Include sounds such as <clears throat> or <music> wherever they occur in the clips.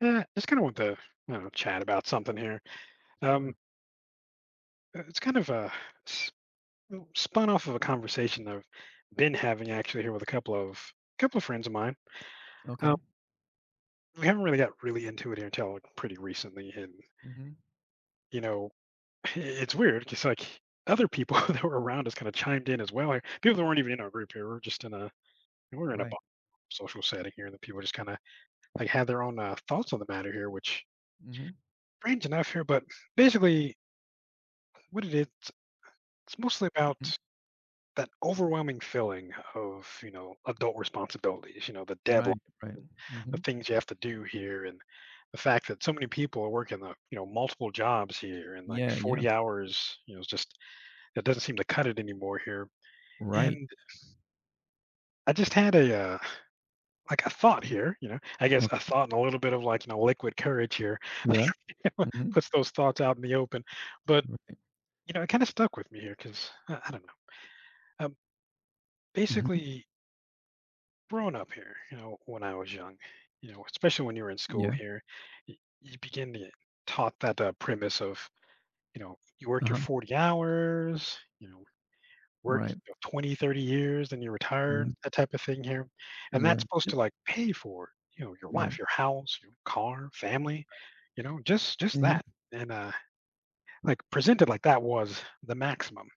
Yeah, just kind of want to I know, chat about something here. Um, Sure. It's kind of spun off of a conversation I've been having actually here with a couple of friends of mine. Um, Okay. we haven't really got really into it here until pretty recently, and Mhm. you know, <laughs> it's weird because like other people <laughs> that were around us kind of chimed in as well. Like, people that weren't even in our group here, we we're just in a we we're in a Right. bo- social setting here, and the people just kind of had their own thoughts on the matter here, which Mhm. strange enough here, but basically what it is, it's mostly Mhm. about that overwhelming feeling of, adult responsibilities, the deadline, Right, right. the Mhm. things you have to do here, and the fact that so many people are working multiple jobs here, and like Yeah, yeah. 40 hours, it's just it doesn't seem to cut it anymore here. Right. And I just had a thought Mhm. here, I guess a Okay. thought and a little bit of liquid courage here Yeah. <laughs> Mhm. puts those thoughts out in the open. But, Right. you know, it kind of stuck with me here because I don't know. Um, Mhm. basically, growing up here, when I was young, especially when you were in school Yeah. here, y- you begin to get taught that premise of, you work your Uh-huh. 40 hours, Right. 20, 30 years and you retire, Mhm. that type of thing here. And Yeah. that's supposed to Yep. like pay for, your Right. life, your house, your car, family, just Mhm. that. And like presented like that was the maximum.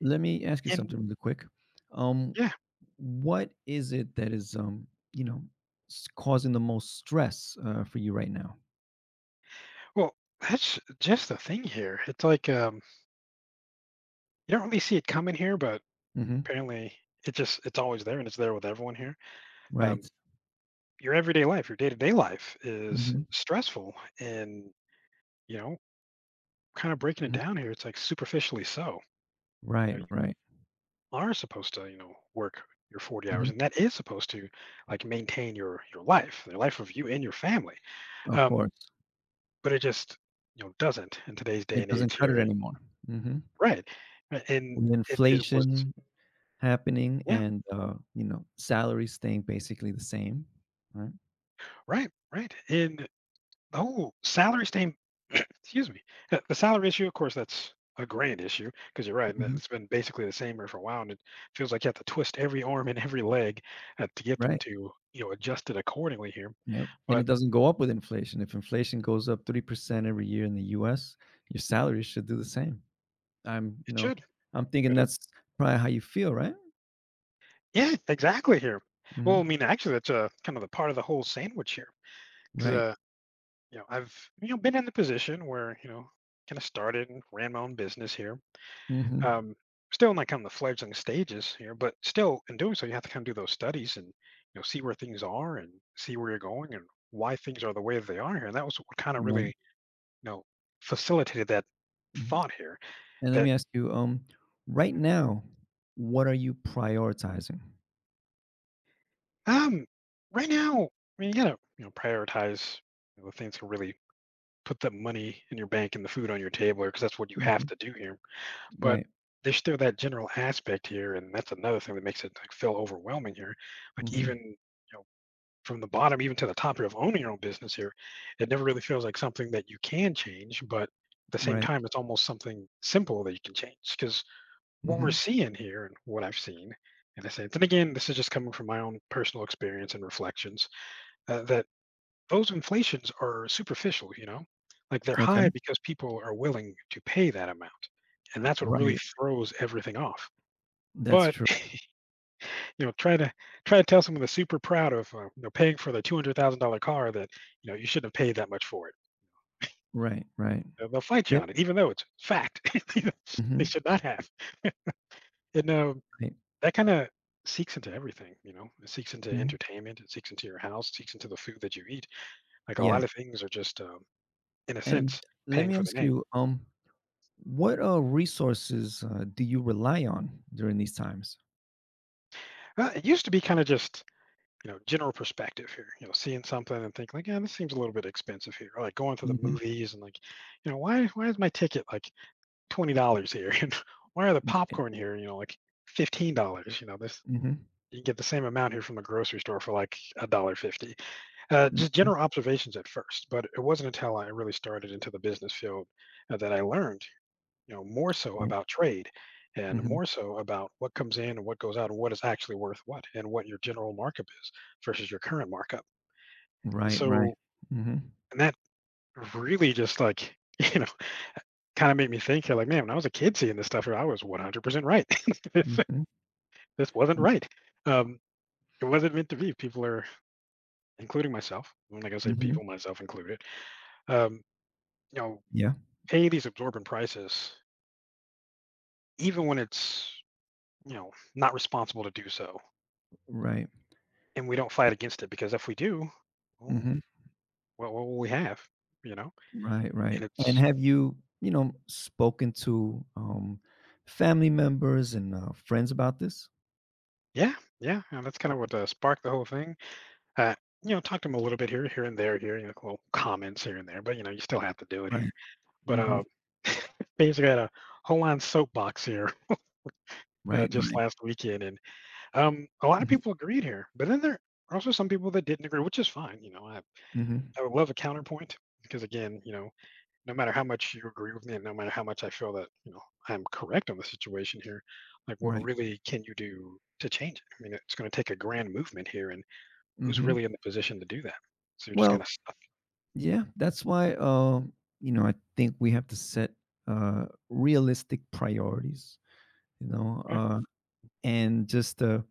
Let me ask you And something really quick. Um, yeah, what is it that is, you know, s causing the most stress, for you right now? well, that's just the thing here. It's like you don't really see it coming here, but Mhm. apparently it's always there and it's there with everyone here, um, Right. your everyday life, your day-to-day life is Mhm. stressful, and you know kind of breaking it Mhm. down here, it's like superficially so. Right, You right. are supposed to, work your 40 hours, Mhm. and that is supposed to like maintain your life, the life of you and your family. Of um, course. but it just, doesn't in today's day It and doesn't age cut it here. anymore. Mhm. Right. Right, and With it was inflation happening yeah and, salaries staying basically the same, right? right right and oh, salary stain <clears throat> excuse me. The salary issue, of course, that's a grand issue because you're right. And Mhm. it's been basically the same here for a while, and it feels like you have to twist every arm and every leg to get them Right. to adjust it accordingly here. Yep, and But it doesn't go up with inflation. If inflation goes up 3% every year in the US, your salary should do the same. I'm you it know, should. I'm thinking But it, that's probably how you feel, right? yeah, exactly here. Well, Mhm. I mean, actually, that's kind of the part of the whole sandwich here because, Right. I've been in the position where kind of started and ran my own business here. Mhm. um, still in like kind of the fledgling stages here, but still in doing so, you have to kind of do those studies and see where things are and see where you're going and why things are the way that they are here. And that was what kind of really, Right. you know facilitated that Mhm. thought here. And let That me ask you, right now, what are you prioritizing? um right now, I mean you gotta, prioritize, the things to really put the money in your bank and the food on your table because that's what you have Mhm. to do here. But Right. there's still that general aspect here, and that's another thing that makes it like, feel overwhelming here. Like even Mhm. Know from the bottom even to the top of owning your own business here, it never really feels like something that you can change, but at the same Right. time, it's almost something simple that you can change. Because what we're Mhm. seeing here and what I've seen in a sense, and I say, then again, this is just coming from my own personal experience and reflections, that those inflations are superficial, like they're high Okay. because people are willing to pay that amount. And that's what really Right. throws everything off. That's But true. you know try to try to tell someone that's super proud of paying for the $200,000 car that you shouldn't have paid that much for it. Right, right. They'll fight you Yeah, on it, even though it's fact. <laughs> You know, they mhm, should not have. And right, that kind of seeks into everything. You know, it seeks into mhm, entertainment, it seeks into your house, it seeks into the food that you eat. Like a yeah, lot of things are just, in a and sense, let paying me for the ask name. you, what, resources, do you rely on during these times? It used to be kind of just, general perspective here. You know, seeing something and thinking like, yeah, this seems a little bit expensive here. Or like going to the Mhm, movies and like, why is my ticket like $20 here, <laughs> and why are the mm, eh, popcorn here? You know, like $15. You know, this mhm, you can get the same amount here from the grocery store for like a dollar fifty. Just mhm, general observations at first, but it wasn't until I really started into the business field that I learned, more so right, about trade, and mhm, more so about what comes in and what goes out, and what is actually worth what, and what your general markup is versus your current markup. right, right, So, mhm, and that really just like <laughs> kind of made me think like, man, when I was a kid seeing this stuff I was 100% right. <laughs> mhm, This wasn't yeah, right. Um, it wasn't meant to be. People are, including myself, when like I say mhm, people, myself included, um, you know, yeah, pay these absorbent prices, even when it's, not responsible to do so. right, And we don't fight against it because if we do, well, mhm, what will we have? You know, right, right, and and it's, have you, spoken to, family members and, friends about this? yeah, yeah. And that's kind of what sparked the whole thing. Uh, you know, talk to them a little bit here, here and there, here, you know, little comments here and there, but you know, you still have to do it here. Right, But mhm, <laughs> basically, I had a whole on soapbox here right, just right, last weekend, and a lot of mhm, people agreed here. But then there are also some people that didn't agree, which is fine. Mhm, I would love a counterpoint because, again, no matter how much you agree with me, and no matter how much I feel that I'm correct on the situation here, like what right, really can you do to change it? I mean, it's going to take a grand movement here, and who's mhm, really in the position to do that? So you're just kind well, of stuck. yeah, that's why I think we have to set realistic priorities, you know, Right? uh and just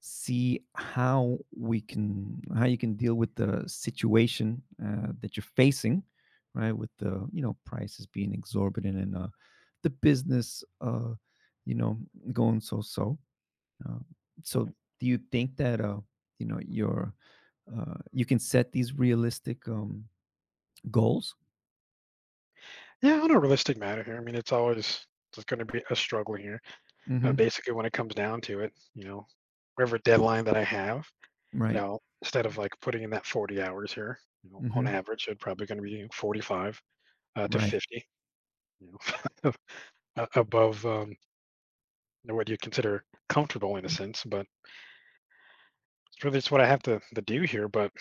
see how you can deal with the situation that you're facing, right? With the, prices being exorbitant and the business, you know going so so. Uh, Yeah. so do you think that you know your you can set these realistic goals? Yeah, on a realistic matter here, I mean, it's going to be a struggle here. Mhm. Basically, when it comes down to it, whatever deadline that I have, you Right. know, instead of like putting in that 40 hours here, on Mhm. average, it's probably going to be 45 to Right. 50, you know, <laughs> above what you consider comfortable in a sense. But it's really just what I have to do here. But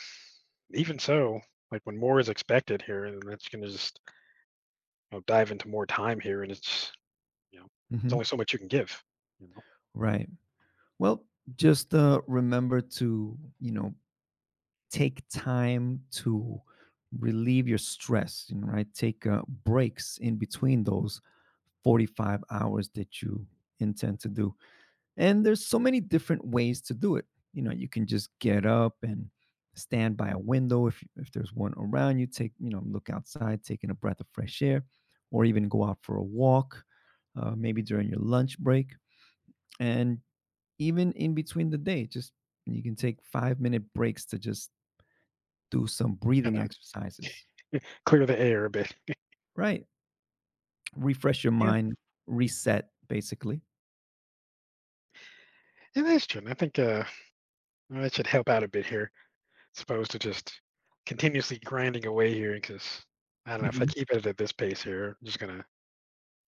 even so, like when more is expected here, and that's going to just, dive into more time here, and it's, you know, there's only Mhm. so much you can give, you know, Right. Well, just, remember to, take time to relieve your stress, right? Take, breaks in between those 45 hours that you intend to do. And there's so many different ways to do it. You can just get up and stand by a window if there's one around you, look outside, taking a breath of fresh air, or even go out for a walk, maybe during your lunch break. And even in between the day, just, you can take 5-minute breaks to just do some and breathing exercises. clear the air a bit. Right. Refresh your Yeah, mind. Reset basically. and that's true. And I think that should help out a bit here, as opposed to just continuously grinding away here because I don't know, if I Hmm. keep it at this pace here, I'm just gonna,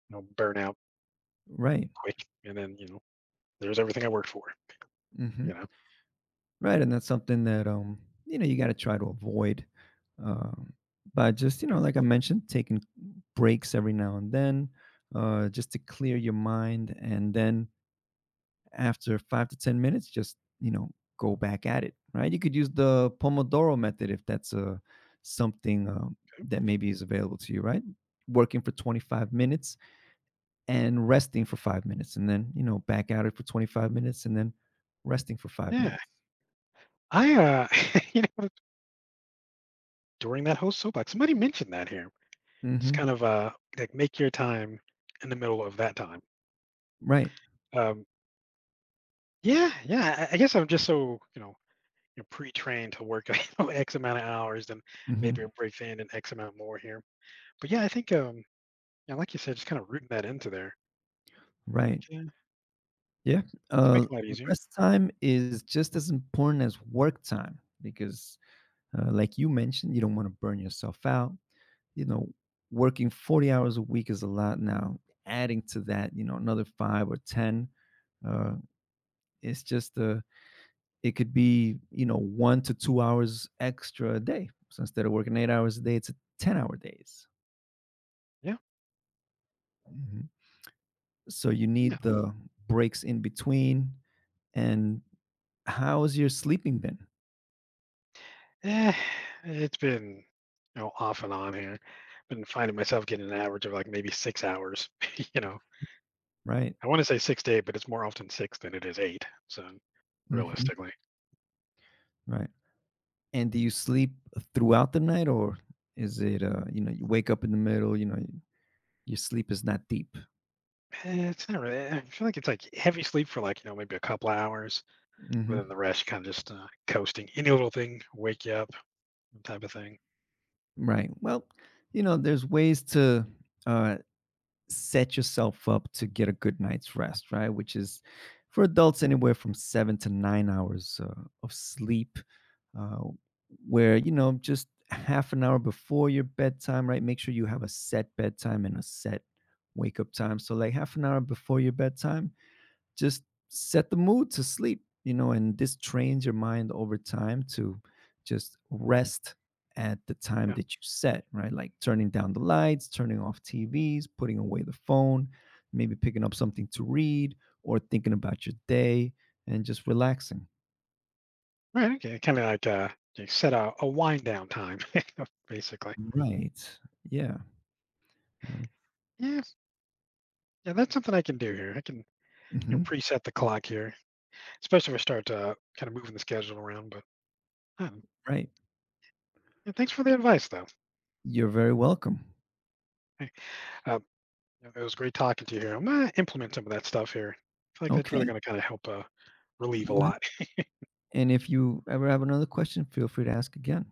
burn out Right. quick, and then there's everything I worked for. Hmm. You know, Right. And that's something that you got to try to avoid, um by just, yeah. Like I mentioned, taking breaks every now and then, just to clear your mind, and then after 5 to 10 minutes, just, go back at it, right? You could use the Pomodoro method if that's something that maybe is available to you, right? Working for 25 minutes and resting for 5 minutes, and then, back at it for 25 minutes and then resting for five Yeah. minutes. I <laughs> you know, during that whole soapbox, somebody mentioned that here. Just Hmm. kind of like make your time in the middle of that time. Right. Um, yeah, yeah. I guess I'm just so, you're pre-trained to work <laughs> you know, X amount of hours, then maybe Hmm. a break in and X amount more here. But yeah, I think yeah, like you said, just kind of rooting that into there I Right. can Yeah. can make Uh, it a lot easier. rest time is just as important as work time because, like you mentioned, you don't want to burn yourself out. you know, working 40 hours a week is a lot now. Adding to that, another five or 10, uh, it's just, it could be, 1 to 2 hours extra a day. So instead of working 8 hours a day, it's 10-hour days. Yeah. Mhm. So you Yeah. need the breaks in between. And how's your sleeping been? Eh, it's been, off and on here. Been finding myself getting an average of like maybe 6 hours. <laughs> You know, Right. I want to say 6 to 8, but it's more often 6 than it is 8. So Mhm. realistically, Right. And do you sleep throughout the night, or is it you wake up in the middle, your sleep is not deep. eh, it's not really. I feel like it's like heavy sleep for like, maybe a couple of hours, but then the Mhm. rest kind of just coasting. Any little thing wake you up type of thing. Right. Well, there's ways to uh, set yourself up to get a good night's rest, right? Which is for adults anywhere from 7 to 9 hours of sleep, uh, where, just half an hour before your bedtime, right? Make sure you have a set bedtime and a set wake up time. So, like half an hour before your bedtime, just set the mood to sleep, and this trains your mind over time to just rest at the time Yeah. that you set, right? Like turning down the lights, turning off TVs, putting away the phone, maybe picking up something to read or thinking about your day and just relaxing. Right. Okay. Kind of like you set a wind down time, <laughs> basically. Right. Yeah. Yeah. Yeah, that's something I can do here. I can, Mm-hmm. preset the clock here, especially if we start kind of moving the schedule around. But um, Right. yeah, thanks for the advice, though. You're very welcome. Hey, uh, it was great talking to you here. I'm gonna implement some of that stuff here. I feel like that's really Okay. gonna kind of help relieve a All right. lot. And if you ever have another question, feel free to ask again.